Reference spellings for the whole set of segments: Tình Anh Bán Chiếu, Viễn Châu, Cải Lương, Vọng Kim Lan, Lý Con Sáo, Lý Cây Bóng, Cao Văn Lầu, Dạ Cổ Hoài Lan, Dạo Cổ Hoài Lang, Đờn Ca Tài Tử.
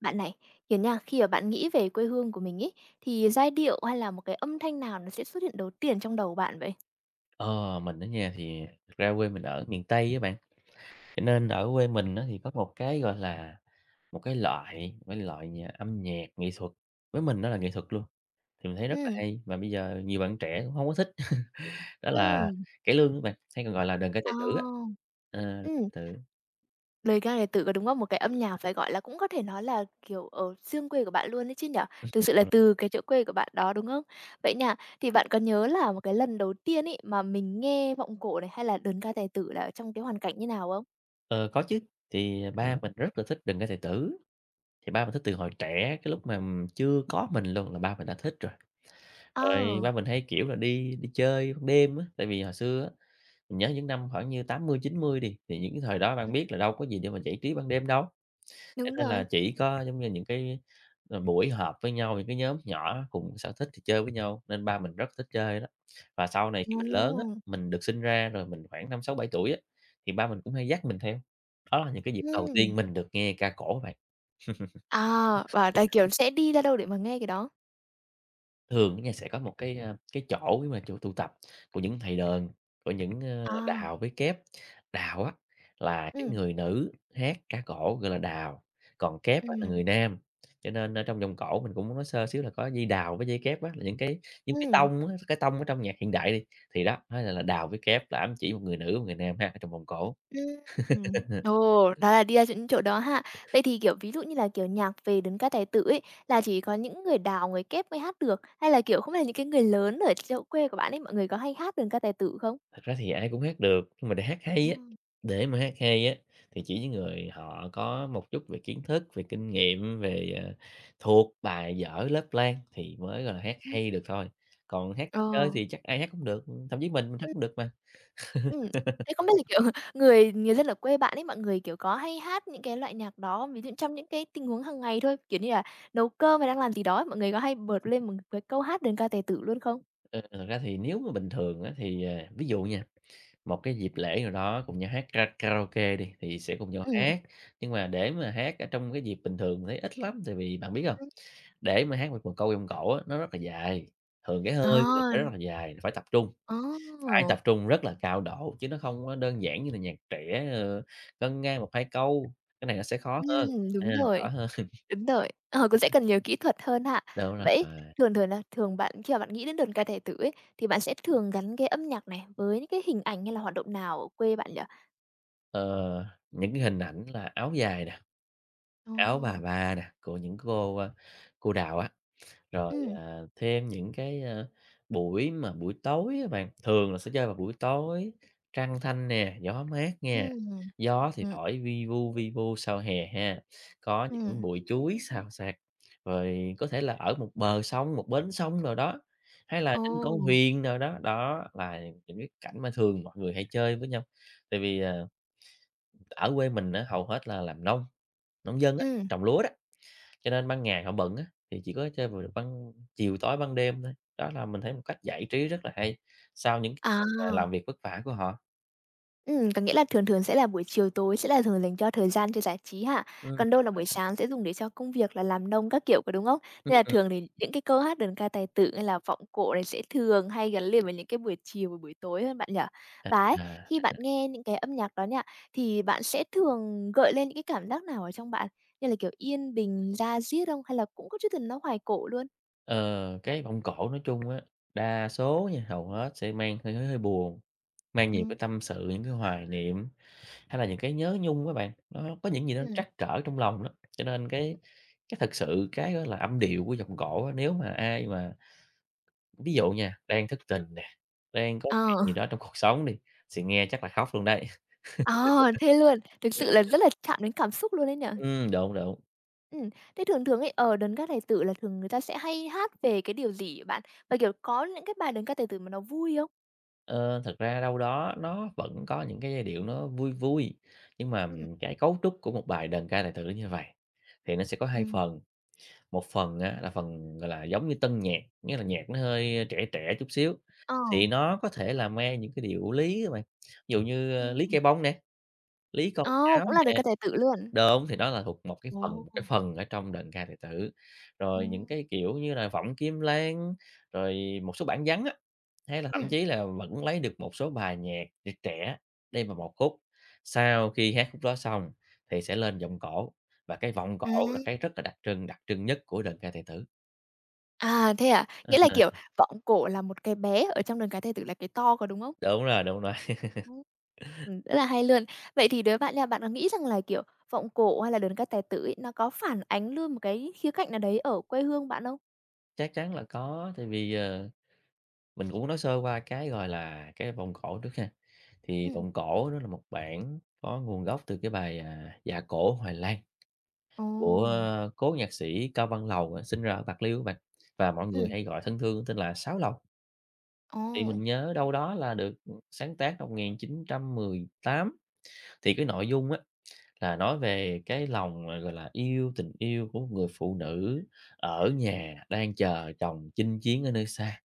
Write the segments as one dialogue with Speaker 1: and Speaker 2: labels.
Speaker 1: Bạn này, kiểu nha, khi mà bạn nghĩ về quê hương của mình ấy, thì giai điệu hay là một cái âm thanh nào nó sẽ xuất hiện đầu tiên trong đầu bạn vậy?
Speaker 2: Ờ, mình ở nhà thì thực ra quê mình ở miền Tây á bạn, cho nên ở quê mình á thì có một cái, gọi là, một cái loại âm nhạc nghệ thuật, với mình nó là nghệ thuật luôn, thì mình thấy rất là
Speaker 1: Ừm,
Speaker 2: hay, mà bây giờ nhiều bạn trẻ cũng không có thích. Đó là
Speaker 1: ừm,
Speaker 2: cải lương á bạn, hay còn gọi là đờn ca tài tử á.
Speaker 1: à,
Speaker 2: Đờn ca
Speaker 1: ừm,
Speaker 2: tài tử.
Speaker 1: lời ca tài tử có đúng không? Một cái âm nhạc phải gọi là cũng có thể nói là, kiểu, ở xương quê của bạn luôn đấy chứ nhở. Thực sự là
Speaker 2: ờ,
Speaker 1: từ cái chỗ quê của bạn đó, đúng không? Vậy nha, thì bạn có nhớ là một cái lần đầu tiên ấy mà mình nghe vọng cổ này hay là đờn ca tài tử là ở trong cái hoàn cảnh như nào không?
Speaker 2: ờ, có chứ, thì ba mình rất là thích đờn ca tài tử, thì ba mình thích từ hồi trẻ, cái lúc mà chưa có mình luôn là ba mình đã thích rồi. Rồi
Speaker 1: Ờ,
Speaker 2: ba mình hay, kiểu là, đi đi chơi ban đêm á, tại vì hồi xưa á, mình nhớ những năm khoảng như 80, 90 đi, thì những cái thời đó bạn biết là đâu có gì để mà giải trí ban đêm đâu, cho
Speaker 1: đúng
Speaker 2: nên là
Speaker 1: rồi.
Speaker 2: chỉ có, giống như, những cái, buổi họp với nhau, những cái nhóm nhỏ cùng sở thích thì chơi với nhau, nên ba mình rất thích chơi đó. Và sau này khi mình lớn á,
Speaker 1: Ồ,
Speaker 2: mình được sinh ra rồi mình khoảng 5, 6, 7 tuổi á, thì ba mình cũng hay dắt mình theo. Đó là những cái dịp đầu
Speaker 1: ừm.
Speaker 2: tiên mình được nghe ca cổ bạn.
Speaker 1: À, và tại, kiểu, sẽ đi ra đâu để mà nghe cái đó?
Speaker 2: Thường á nha sẽ có một cái, cái chỗ mà chỗ tụ tập của những thầy đờn, của những,
Speaker 1: À,
Speaker 2: đào với kép. Đào á là cái
Speaker 1: ừm,
Speaker 2: người nữ hát ca cổ gọi là đào, còn kép á là
Speaker 1: ừm,
Speaker 2: người nam, cho nên, trong vòng cổ mình cũng nói sơ xíu là có dây đào với dây kép á, là những cái
Speaker 1: ừm,
Speaker 2: tông á, cái tông ở trong nhạc hiện đại đi, thì đó, nó là đào với kép là ám chỉ một người nữ, một người nam ha, ở trong vòng cổ.
Speaker 1: ừm, ừm. Ồ, đó là đi ra những chỗ đó ha. Vậy thì, kiểu, ví dụ như là, kiểu, nhạc về đến ca tài tử ấy, là chỉ có những người Đào, người Kép mới hát được, hay là, kiểu, không biết là những cái người lớn ở chỗ quê của bạn ấy, mọi người có hay hát được ca tài tử không?
Speaker 2: Thật ra thì ai cũng hát được, nhưng mà để hát hay á,
Speaker 1: Ừm,
Speaker 2: để mà hát hay á, thì chỉ những người họ có một chút về kiến thức, về kinh nghiệm, về, thuộc bài vở lớp lang thì mới, gọi là, hát
Speaker 1: ừm,
Speaker 2: hay được thôi. Còn hát
Speaker 1: ờ.
Speaker 2: chơi chơi thì chắc ai hát cũng được, thậm chí mình hát cũng được mà.
Speaker 1: Ừm, thế không biết là, kiểu, người người dân ở quê bạn ấy, mọi người, kiểu, có hay hát những cái loại nhạc đó không? Ví dụ trong những cái tình huống hàng ngày thôi, kiểu như là nấu cơm hay đang làm gì đó ấy, mọi người có hay bật lên một cái câu hát "Đơn ca tài tử" luôn không?
Speaker 2: Ờ, Thật ra thì nếu mà bình thường á thì, ví dụ nha, một cái dịp lễ nào đó cùng nhau hát karaoke đi, thì sẽ cùng nhau
Speaker 1: Ừm,
Speaker 2: hát. Nhưng mà để mà hát ở trong cái dịp bình thường mình thấy ít lắm, tại vì bạn biết không,
Speaker 1: ưm,
Speaker 2: để mà hát một một câu giọng cổ á, nó rất là dài, thường cái hơi của mình nó rất
Speaker 1: ờ,
Speaker 2: là dài,
Speaker 1: ồ!
Speaker 2: phải tập trung rất là cao độ, chứ nó không có đơn giản như là nhạc trẻ, ngân nga một 2 câu, cái này nó sẽ khó hơn,
Speaker 1: Ừm,
Speaker 2: à,
Speaker 1: đúng
Speaker 2: khó
Speaker 1: rồi,
Speaker 2: hơn.
Speaker 1: đúng rồi. Ờ, cũng sẽ cần nhiều kỹ thuật hơn ha.
Speaker 2: Đúng
Speaker 1: Vậy
Speaker 2: rồi.
Speaker 1: thường thường là thường bạn khi mà bạn nghĩ đến "Đơn ca tài tử" ấy, thì bạn sẽ thường gắn cái âm nhạc này với những cái hình ảnh hay là hoạt động nào ở quê bạn nhỉ?
Speaker 2: ờ, những cái hình ảnh là áo dài nè, áo bà
Speaker 1: Ồ,
Speaker 2: ba nè, của những cô, cô Đào á. Rồi,
Speaker 1: ừm,
Speaker 2: thêm những cái, buổi tối á bạn, thường là sẽ chơi vào buổi tối, trăng thanh nè, gió mát nha,
Speaker 1: ừm,
Speaker 2: gió thì
Speaker 1: ừm,
Speaker 2: thổi vi vu sau hè ha, có những
Speaker 1: ừm,
Speaker 2: bụi chuối xào xạc, rồi có thể là ở một bờ sông, một bến sông nào đó, hay là
Speaker 1: ồ.
Speaker 2: trên con thuyền nào đó, đó là những cái cảnh mà thường mọi người hay chơi với nhau. Tại vì, ở quê mình á, hầu hết là làm nông, nông dân á,
Speaker 1: Ừm,
Speaker 2: trồng lúa đó. Cho nên ban ngày họ bận á, thì chỉ có chơi vào được ban chiều tối, ban đêm thôi. Đó là mình thấy một cách giải trí rất là hay sau những cái
Speaker 1: à,
Speaker 2: ngày mà làm việc vất vả của họ.
Speaker 1: có nghĩa là thường thường sẽ là buổi chiều tối sẽ là thường dành cho thời gian cho giải trí ha,
Speaker 2: Đúng
Speaker 1: còn đâu là buổi
Speaker 2: rồi.
Speaker 1: sáng sẽ dùng để cho công việc là làm nông các kiểu, có đúng không? Nên
Speaker 2: Ừm,
Speaker 1: là thường thì những cái câu hát, đờn ca tài tử hay là vọng cổ này sẽ thường hay gắn liền với những cái buổi chiều và buổi tối hơn bạn nhỉ? Và ấy,
Speaker 2: à,
Speaker 1: khi bạn nghe những cái âm nhạc đó nha, thì bạn sẽ thường gợi lên những cái cảm giác nào ở trong bạn? Như là, kiểu, yên bình, da diết không? Hay là cũng có chút gì nó hoài cổ luôn?
Speaker 2: ờ, cái vọng cổ nói chung á, đa số nha, hầu hết sẽ mang hơi hơi hơi buồn, mang nhiều cái
Speaker 1: Ừm.
Speaker 2: tâm sự, những cái hoài niệm hay là những cái nhớ nhung các bạn, nó có những gì nó
Speaker 1: Ừm.
Speaker 2: trắc trở trong lòng đó. Cho nên cái thực sự cái, gọi là, âm điệu của vọng cổ á, nếu mà ai mà, ví dụ nha, đang thất tình nè, đang có
Speaker 1: Ờ,
Speaker 2: chuyện gì đó trong cuộc sống đi, thì nghe chắc là khóc luôn đấy.
Speaker 1: ờ, thế luôn, thực sự là rất là chạm đến cảm xúc luôn ấy nhỉ?
Speaker 2: Đúng, đúng.
Speaker 1: Ừm, thế thường thường ấy, ở đờn ca tài tử là thường người ta sẽ hay hát về cái điều gì hả bạn? Và, kiểu, có những cái bài đờn ca tài tử mà nó vui không?
Speaker 2: Ờ, Thật ra đâu đó nó vẫn có những cái giai điệu nó vui vui, nhưng mà
Speaker 1: Ừm.
Speaker 2: cái cấu trúc của một bài đờn ca tài tử như vậy thì nó sẽ có hai
Speaker 1: Ừm.
Speaker 2: phần. Một phần á là phần, gọi là, giống như tân nhạc, nghĩa là nhạc nó hơi trẻ trẻ chút xíu,
Speaker 1: Ờ.
Speaker 2: thì nó có thể là mang những cái điệu lý á bạn, ví dụ như,
Speaker 1: Ừm.
Speaker 2: Lý Cây Bóng nè, Lý Con
Speaker 1: Ồ,
Speaker 2: Sáo.
Speaker 1: cũng là đờn ca tài tử luôn?
Speaker 2: Đúng, thì đó là thuộc một cái phần
Speaker 1: Ồ,
Speaker 2: một cái
Speaker 1: ồ.
Speaker 2: phần ở trong đờn ca tài tử. Rồi những
Speaker 1: Ừm.
Speaker 2: cái, kiểu như là, Vọng Kim Lan, rồi một số bản Gián á, hay là thậm chí là vẫn lấy được một số bài nhạc nhạc trẻ đem vào một khúc. Sau khi hát khúc đó xong thì sẽ lên vọng cổ, và cái vọng
Speaker 1: À,
Speaker 2: cổ là cái rất là đặc trưng nhất của đờn ca tài tử.
Speaker 1: à, thế à?
Speaker 2: Ờ,
Speaker 1: Nghĩa là,
Speaker 2: ờ,
Speaker 1: kiểu, vọng cổ là một cái bé, ở trong đờn ca tài tử là cái to, có đúng không?
Speaker 2: đúng rồi,
Speaker 1: Ừm. Rất là hay luôn. Vậy thì đối với bạn nha, bạn có nghĩ rằng là, kiểu, vọng cổ hay là đờn ca tài tử ấy, nó có phản ánh luôn một cái khía cạnh nào đấy ở quê hương bạn không?
Speaker 2: chắc chắn là có, tại vì, mình cũng nói sơ qua cái, gọi là, cái vọng cổ trước ha. Thì
Speaker 1: Ừm.
Speaker 2: Vọng Cổ đó là một bản có nguồn gốc từ cái bài, Dạ Cổ Hoài Lan
Speaker 1: Ồ.
Speaker 2: của cố nhạc sĩ Cao Văn Lầu, sinh ra ở Bạc Liêu á bạn, và mọi người
Speaker 1: Ừm.
Speaker 2: hay gọi thân thương tên là Sáo Lầu. Thì
Speaker 1: Ồ.
Speaker 2: mình nhớ đâu đó là được, sáng tác năm 1918, thì cái nội dung á là nói về cái lòng, gọi là, tình yêu của một người phụ nữ ở nhà đang chờ chồng chinh chiến ở nơi xa.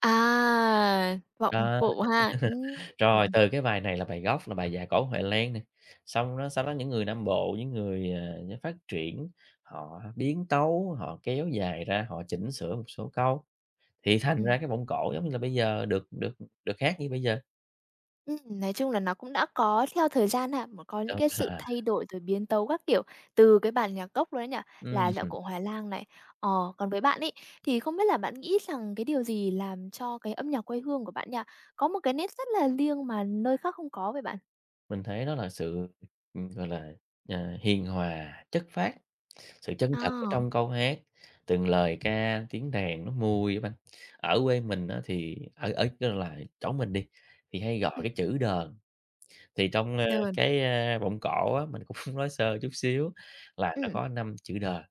Speaker 1: À, vọng
Speaker 2: Đó.
Speaker 1: cổ ha.
Speaker 2: Rồi,
Speaker 1: Ừm,
Speaker 2: từ cái bài này là bài gốc là bài Dạ Cổ Huệ Lan nè, xong đó sau đó những người Nam Bộ, những người, nó phát triển, họ biến tấu, họ kéo dài ra, họ chỉnh sửa một số câu, thì thành
Speaker 1: ừm,
Speaker 2: ra cái vọng cổ giống như là bây giờ được được được hát như bây giờ.
Speaker 1: ừm, nói chung là nó cũng đã có theo thời gian ha, mà có những
Speaker 2: Đúng
Speaker 1: cái sự
Speaker 2: rồi.
Speaker 1: thay đổi rồi biến tấu các kiểu từ cái bản nhạc gốc luôn ấy nhỉ, là "Dạo
Speaker 2: ừm,
Speaker 1: Cổ Hoài Lang" này. Ờ, còn với bạn ấy, thì không biết là bạn nghĩ rằng cái điều gì làm cho cái âm nhạc quê hương của bạn nhỉ, có một cái nét rất là riêng mà nơi khác không có vậy bạn?
Speaker 2: mình thấy đó là sự, gọi là, hiền hòa, chất phác, sự chân thật ở
Speaker 1: À,
Speaker 2: trong câu hát, từng lời ca, tiếng đàn nó mùi á bạn. Ở quê mình á thì ở ở, kêu là, chỗ mình đi, thì hay gọi
Speaker 1: ừm,
Speaker 2: cái chữ đờn. Thì trong,
Speaker 1: đờn.
Speaker 2: cái, vọng cổ á, mình cũng nói sơ chút xíu là nó
Speaker 1: Ừm,
Speaker 2: có năm chữ đờ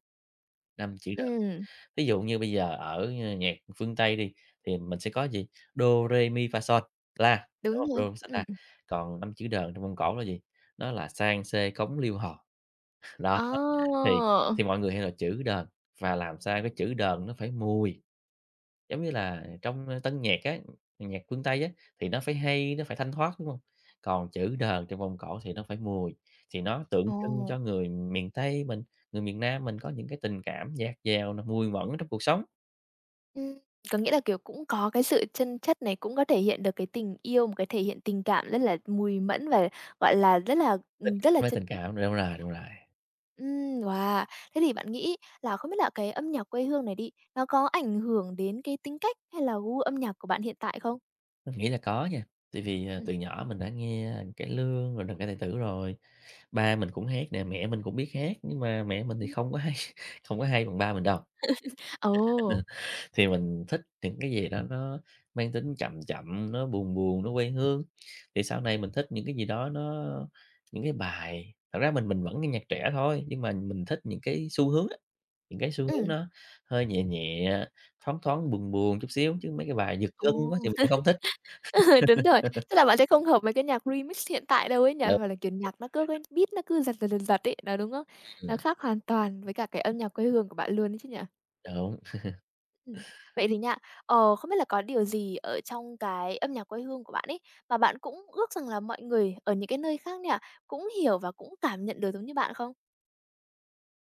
Speaker 2: năm chữ đờ
Speaker 1: ừm,
Speaker 2: Ví dụ như bây giờ ở, nhạc phương Tây đi, thì mình sẽ có gì? Do re mi, fa, sol la, đúng
Speaker 1: đúng
Speaker 2: hông?
Speaker 1: rồi.
Speaker 2: Đô, son, la. Còn 5 chữ đờ trong Mông Cổ là gì? Nó là sang, xê, cống, liêu, hò. Đó,
Speaker 1: Ờ,
Speaker 2: thì thì mọi người hay là chữ đờn và làm sao cái chữ đờn nó phải mùi. Giống như là trong tân nhạc á, nhạc phương Tây á, thì nó phải hay, nó phải thanh thoát, đúng hông? Còn chữ đờn trong vòng cổ thì nó phải mùi, thì nó tượng trưng
Speaker 1: ồ.
Speaker 2: cho người miền Tây mình, người miền Nam mình có những cái tình cảm dạt dào nè, mùi mẫn trong cuộc sống.
Speaker 1: Ừm, có nghĩa là, kiểu, cũng có cái sự chân chất này, cũng có thể hiện được cái tình yêu, một cái thể hiện tình cảm rất là mùi mẫn và, gọi là, rất là,
Speaker 2: Tình
Speaker 1: rất là
Speaker 2: cảm ơi
Speaker 1: chân
Speaker 2: tình
Speaker 1: chất
Speaker 2: cảm,
Speaker 1: thật ha.
Speaker 2: đúng rồi,
Speaker 1: Ừm, wow! Thế thì bạn nghĩ là không biết là cái âm nhạc quê hương này đi, nó có ảnh hưởng đến cái tính cách hay là gu âm nhạc của bạn hiện tại không?
Speaker 2: mình nghĩ là có nha, tại vì, từ nhỏ mình đã nghe Cải Lương, rồi Đờn Ca Tài Tử rồi. Ba mình cũng hát nè, mẹ mình cũng biết hát, nhưng mà mẹ mình thì
Speaker 1: Ừm.
Speaker 2: không có hay không có hay bằng ba mình đâu.
Speaker 1: Ồ!
Speaker 2: Thì mình thích những cái gì đó nó mang tính chậm chậm, nó buồn buồn, nó quê hương. Thì sau này mình thích những cái gì đó nó, những cái bài, thật ra mình vẫn nghe nhạc trẻ thôi, nhưng mà mình thích những cái xu hướng á, những cái xu hướng
Speaker 1: Ừ,
Speaker 2: nó hơi nhẹ nhẹ, thoáng thoáng buồn buồn chút xíu, chứ mấy cái bài giật gân quá
Speaker 1: ồ!
Speaker 2: thì mình lại không thích.
Speaker 1: Ừ, đúng rồi. Tức là bạn sẽ không hợp với cái nhạc remix hiện tại đâu ấy nhỉ?
Speaker 2: Đúng,
Speaker 1: Hoặc là, kiểu, nhạc nó cứ cái beat nó cứ giật, giật, giật, giật ấy, đó, đúng không? Nó
Speaker 2: ừm,
Speaker 1: khác hoàn toàn với cả cái âm nhạc quê hương của bạn luôn ấy chứ nhỉ?
Speaker 2: đúng.
Speaker 1: Ừm. Vậy thì nha, ờ, không biết là có điều gì ở trong cái âm nhạc quê hương của bạn ấy, mà bạn cũng ước rằng là mọi người ở những cái nơi khác nhỉ cũng hiểu và cũng cảm nhận được giống như bạn không?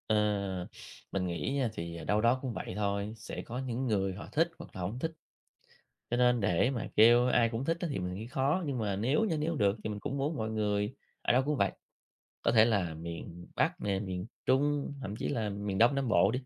Speaker 2: Ờ, mình nghĩ nha thì đâu đó cũng vậy thôi, sẽ có những người họ thích hoặc là không thích. Cho nên để mà kêu ai cũng thích á thì mình nghĩ khó, nhưng mà nếu nha,
Speaker 1: Ừ.
Speaker 2: nếu được thì mình cũng muốn mọi người ở đâu cũng vậy, có thể là miền Bắc nè, miền Trung, thậm chí là miền Đông Nam Bộ đi,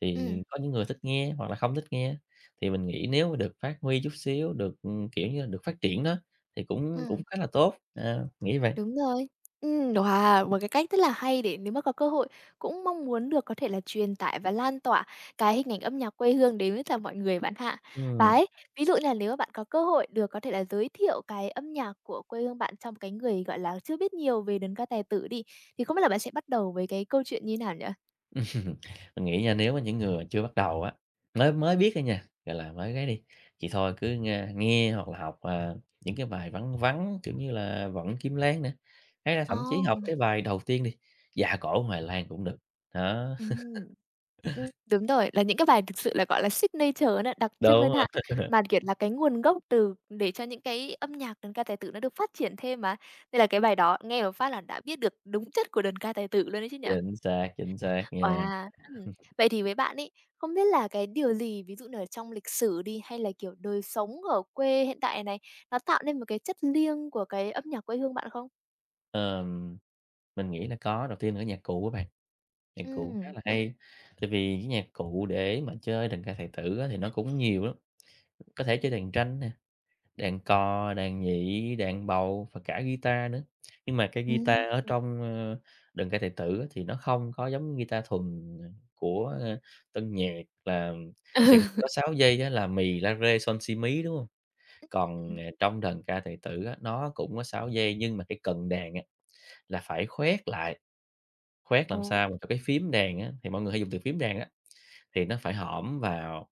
Speaker 2: thì
Speaker 1: Ừ.
Speaker 2: có những người thích nghe hoặc là không thích nghe. Thì mình nghĩ nếu mà được phát huy chút xíu, được, kiểu như là, được phát triển đó, thì cũng cũng khá là tốt, nghĩ vậy.
Speaker 1: Đúng rồi. Wow, một cái cách rất là hay để nếu mà có cơ hội cũng mong muốn được có thể là truyền tải và lan tỏa cái hình ảnh âm nhạc quê hương đến với cả mọi người bạn hạ. Và
Speaker 2: Ừm.
Speaker 1: ấy, ví dụ như là nếu mà bạn có cơ hội được có thể là giới thiệu cái âm nhạc của quê hương bạn trong cái người, gọi là, chưa biết nhiều về đơn ca tài tử đi, thì không biết là bạn sẽ bắt đầu với cái câu chuyện như nào nhỉ?
Speaker 2: Ừm, mình nghĩ nha, nếu mà những người mà chưa bắt đầu á, mới mới biết thôi nha, gọi là, mới ấy đi, thì thôi cứ nghe nghe hoặc là học, những cái bài vắn vắn, kiểu như là, Vận Kim Lan nè, hay là thậm chí học
Speaker 1: Ồ,
Speaker 2: cái bài đầu tiên đi, Dạ Cổ Hoài Lan cũng được. Đó,
Speaker 1: ừm. Đúng rồi, là những cái bài thực sự là, gọi là, signature nữa, đặc trưng
Speaker 2: đúng
Speaker 1: hơn ha.
Speaker 2: rồi,
Speaker 1: Mà, kiểu là, cái nguồn gốc từ để cho những cái âm nhạc đơn ca tài tử nó được phát triển thêm mà, nên là cái bài đó nghe một phát là đã biết được đúng chất của đơn ca tài tử luôn ấy chứ nhỉ?
Speaker 2: chính xác nha.
Speaker 1: Wow! Vậy thì với bạn ấy, không biết là cái điều gì, ví dụ như ở trong lịch sử đi, hay là, kiểu, đời sống ở quê hiện tại này, nó tạo nên một cái chất liêng của cái âm nhạc quê hương bạn không?
Speaker 2: Ờm, mình nghĩ là có, đầu tiên là cái nhạc cụ á bạn, nhạc cụ khá
Speaker 1: Ừm,
Speaker 2: là hay, tại vì cái nhạc cụ để mà chơi đàn ca tài tử á thì nó cũng nhiều lắm, có thể chơi đàn tranh nè, đàn cò, đàn nhị, đàn bầu và cả guitar nữa. Nhưng mà cái guitar
Speaker 1: ừm,
Speaker 2: ở trong, đờn ca tài tử á thì nó không có giống guitar thuần, của, tân nhạc là sẽ
Speaker 1: ừ,
Speaker 2: có 6 giây á là "mì, la rê, son, si, mí", đúng không? Còn,
Speaker 1: ừm.
Speaker 2: trong đờn ca tài tử á, nó cũng có 6 giây nhưng mà cái cần đàn á là phải khoét lại, khoét làm
Speaker 1: Ồ,
Speaker 2: sao mà cho cái phím đàn á thì mọi người hay dùng từ phím đàn á, thì nó phải hõm vào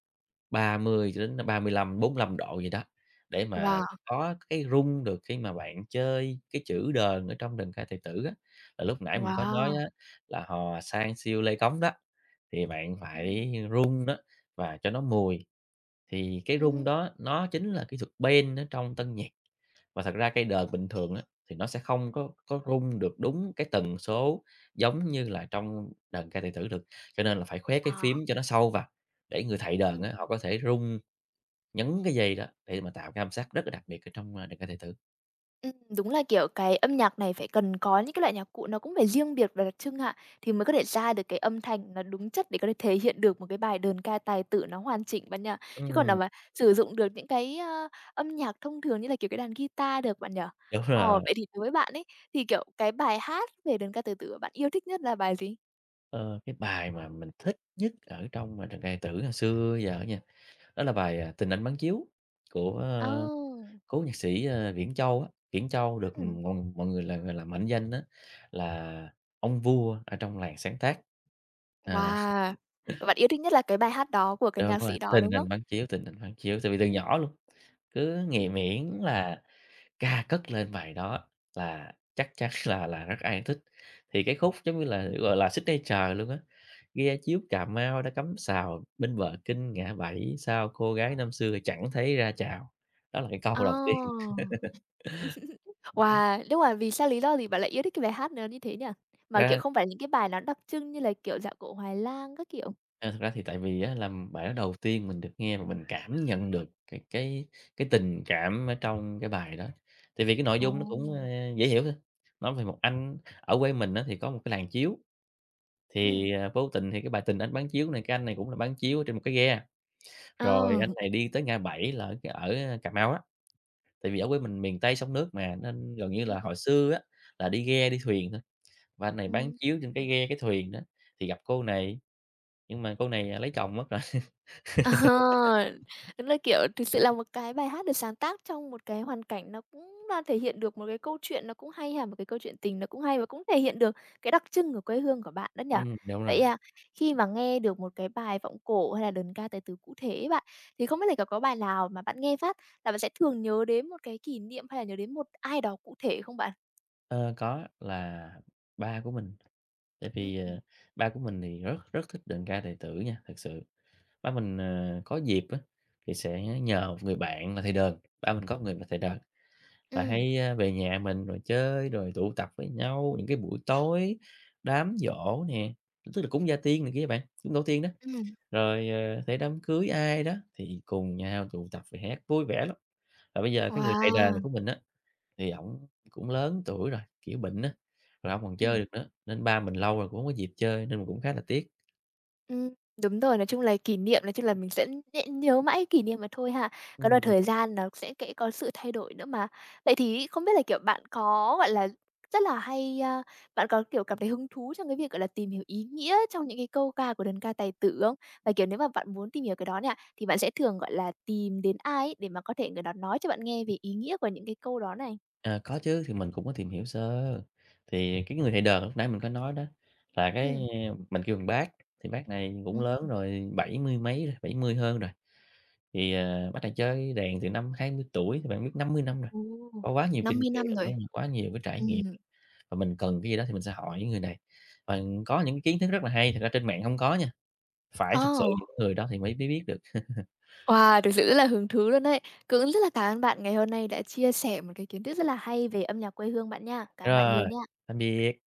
Speaker 2: 30 cho đến, ba mươi 35, lăm độ gì đó, để mà
Speaker 1: wow,
Speaker 2: có cái rung được khi mà bạn chơi cái chữ đờn ở trong đờn ca tài tử á. Là lúc nãy mình có nói
Speaker 1: wow!
Speaker 2: á là "Hò sang Siêu Lê Cống" đó, thì bạn
Speaker 1: Ừm,
Speaker 2: phải rung đó và cho nó mùi, thì cái rung
Speaker 1: ừm,
Speaker 2: đó nó chính là kỹ thuật bend ở trong tân nhạc. Và thật ra cây đờn bình thường á, thì nó sẽ không có rung được đúng cái tần số giống như là trong đờn ca tài tử được, cho nên là phải khoét cái phím
Speaker 1: à.
Speaker 2: cho nó sâu vào để người thầy đờn
Speaker 1: Ừm.
Speaker 2: á, họ có thể rung, nhấn cái gì đó để mà tạo cái âm sắc rất là đặc biệt ở trong, "Đừng Ca Tài Tử".
Speaker 1: Ừm, đúng là, kiểu, cái âm nhạc này phải cần có những cái loại nhạc cụ nó cũng phải riêng biệt và đặc trưng hạ thì mới có thể ra được cái âm thanh nó đúng chất để có thể thể hiện được một cái bài đờn ca tài tử nó hoàn chỉnh bạn nhỉ? Chứ còn là
Speaker 2: Ừm.
Speaker 1: mà sử dụng được những cái, a, âm nhạc thông thường như là, kiểu, cái đàn guitar được bạn nhỉ?
Speaker 2: Đúng
Speaker 1: Ờ,
Speaker 2: rồi,
Speaker 1: vậy thì đối với bạn ấy, thì, kiểu, cái bài hát về đờn ca tài tử bạn yêu thích nhất là bài gì?
Speaker 2: ờ, cái bài mà mình thích nhất ở trong, "Đờn Ca Tài Tử" hồi xưa giờ á nha, đó là bài, "Tình Anh Bán Chiếu" của,
Speaker 1: Oh,
Speaker 2: cố nhạc sĩ, Viễn Châu á. Viễn Châu được
Speaker 1: ừm,
Speaker 2: mọi mọi người là, gọi là, mệnh danh á là ông vua ở trong làng sáng tác. Ờ,
Speaker 1: wow! Và bạn yêu thích nhất là cái bài hát đó của cái
Speaker 2: đúng
Speaker 1: nhạc
Speaker 2: rồi,
Speaker 1: sĩ đó,
Speaker 2: "Tình
Speaker 1: đúng
Speaker 2: Anh
Speaker 1: không?
Speaker 2: Bán Chiếu", "Tình Anh Bán Chiếu", tại vì từ
Speaker 1: Ừm,
Speaker 2: nhỏ luôn, cứ nghĩ
Speaker 1: ừm,
Speaker 2: miễn là ca cất lên bài đó là chắc chắn là rất ai cũng thích. Thì cái khúc giống như là,
Speaker 1: ừm.
Speaker 2: gọi là, signature luôn á, "Ghe chiếu Cà Mau đã cắm sào, bên bờ kinh ngã bảy, sao cô gái năm xưa chẳng thấy ra chào". Đó là cái câu
Speaker 1: Ờ.
Speaker 2: đầu tiên.
Speaker 1: Wow! Nhưng mà vì sao lý do gì bạn lại yêu thích cái bài hát đó như thế nhỉ? Mà, kiểu,
Speaker 2: Ra
Speaker 1: không phải những cái bài nó đặc trưng như là, kiểu, Dạo Cổ Hoài Lang các kiểu.
Speaker 2: thật ra thì tại vì á là bài đó đầu tiên mình được nghe và mình cảm nhận được cái tình cảm ở trong cái bài đó. Tại vì cái nội
Speaker 1: Ồ!
Speaker 2: dung nó cũng, dễ hiểu thôi, nói về một anh ở quê mình á thì có một cái làng chiếu.
Speaker 1: Ừ.
Speaker 2: Thì, vô tình thì cái bài tình anh bán chiếu này, cái anh này cũng là bán chiếu ở trên một cái ghe,
Speaker 1: Ờ.
Speaker 2: rồi anh này đi tới ngã bảy là cái ở Cà Mau á, tại vì ở quê mình miền Tây sông nước mà, nên gần như là
Speaker 1: Ừ.
Speaker 2: hồi xưa á, là đi ghe, đi thuyền thôi, và anh này bán chiếu
Speaker 1: Ừ.
Speaker 2: trên cái ghe, cái thuyền đó, thì gặp cô này, nhưng mà cô này, lấy chồng mất rồi.
Speaker 1: Ờ, đúng là, kiểu, thực sự là một cái bài hát được sáng tác trong một cái hoàn cảnh nó cũng đang thể hiện được một cái câu chuyện nó cũng hay ha, một cái câu chuyện tình nó cũng hay và cũng thể hiện được cái đặc trưng của quê hương của bạn đó nhỉ?
Speaker 2: Đúng rồi.
Speaker 1: Vậy, à, khi mà nghe được một cái bài vọng cổ hay là đơn ca tài tử cụ thể ấy bạn, thì không biết là có bài nào mà bạn nghe phát là bạn sẽ thường nhớ đến một cái kỷ niệm hay là nhớ đến một ai đó cụ thể không bạn?
Speaker 2: Ờ, có, là ba của mình, tại
Speaker 1: Ừm,
Speaker 2: vì,
Speaker 1: ừm.
Speaker 2: ba của mình thì rất rất thích đờn ca tài tử nha, thực sự. Ba mình, có dịp á, thì sẽ nhờ một người bạn là thầy đờn, ba mình có một người là thầy đờn. Là
Speaker 1: Ừm,
Speaker 2: hay, về nhà mình rồi chơi, rồi tụ tập với nhau những cái buổi tối, đám giỗ nè, tức là cúng gia tiên này kia bạn, cúng tổ tiên đó, rồi, thể đám cưới ai đó thì cùng nhau tụ tập rồi hát vui vẻ lắm. Và bây giờ cái người thầy đàn
Speaker 1: Wow!
Speaker 2: của mình á, thì ổng cũng lớn tuổi rồi, kiểu, bệnh á, rồi hông còn chơi
Speaker 1: Ừm.
Speaker 2: được nữa, nên ba mình lâu rồi cũng hông có dịp chơi nên mình cũng khá là tiếc.
Speaker 1: Ừm, đúng rồi, nói chung là kỷ niệm, nói chung là mình sẽ nhớ mãi kỷ niệm mà thôi ha. Có đoạn
Speaker 2: Ừm.
Speaker 1: thời gian nó sẽ kẽ có sự thay đổi nữa mà. Vậy thì không biết là, kiểu, bạn có, gọi là, rất là hay, a, bạn có, kiểu, cảm thấy hứng thú trong cái việc, gọi là, tìm hiểu ý nghĩa trong những cái câu ca của đơn ca tài tử không? Và, kiểu, nếu mà bạn muốn tìm hiểu cái đó nha, thì bạn sẽ thường, gọi là, tìm đến ai ấy để mà có thể người đó nói cho bạn nghe về ý nghĩa của những cái câu đó này?
Speaker 2: À, có chứ, thì mình cũng có tìm hiểu sơ. Thì cái người thầy đờn lúc nãy mình có nói đó, là cái
Speaker 1: Ừm.
Speaker 2: mình kêu bằng bác, thì bác này cũng
Speaker 1: Ừm,
Speaker 2: lớn rồi, bảy mươi mấy rồi, 70 hơn rồi, thì, bác này chơi đàn từ năm 20 tuổi, thì bạn biết 50 năm rồi,
Speaker 1: ồ,
Speaker 2: có quá nhiều kinh
Speaker 1: 50
Speaker 2: nghiệm,
Speaker 1: năm
Speaker 2: đúng
Speaker 1: rồi.
Speaker 2: không? Quá nhiều cái trải nghiệm,
Speaker 1: Ừm.
Speaker 2: và mình cần cái gì đó thì mình sẽ hỏi người này. Và có những kiến thức rất là hay, thật ra trên mạng không có nha, phải thật sự
Speaker 1: Ờ.
Speaker 2: những người đó thì mới mới biết được.
Speaker 1: Wow, thực sự rất là hứng thú luôn đấy. Cũng rất là cảm ơn bạn ngày hôm nay đã chia sẻ một cái kiến thức rất là hay về âm nhạc quê hương bạn nha. Cảm ơn bạn
Speaker 2: Rồi,
Speaker 1: nhiều nha.
Speaker 2: tạm biệt.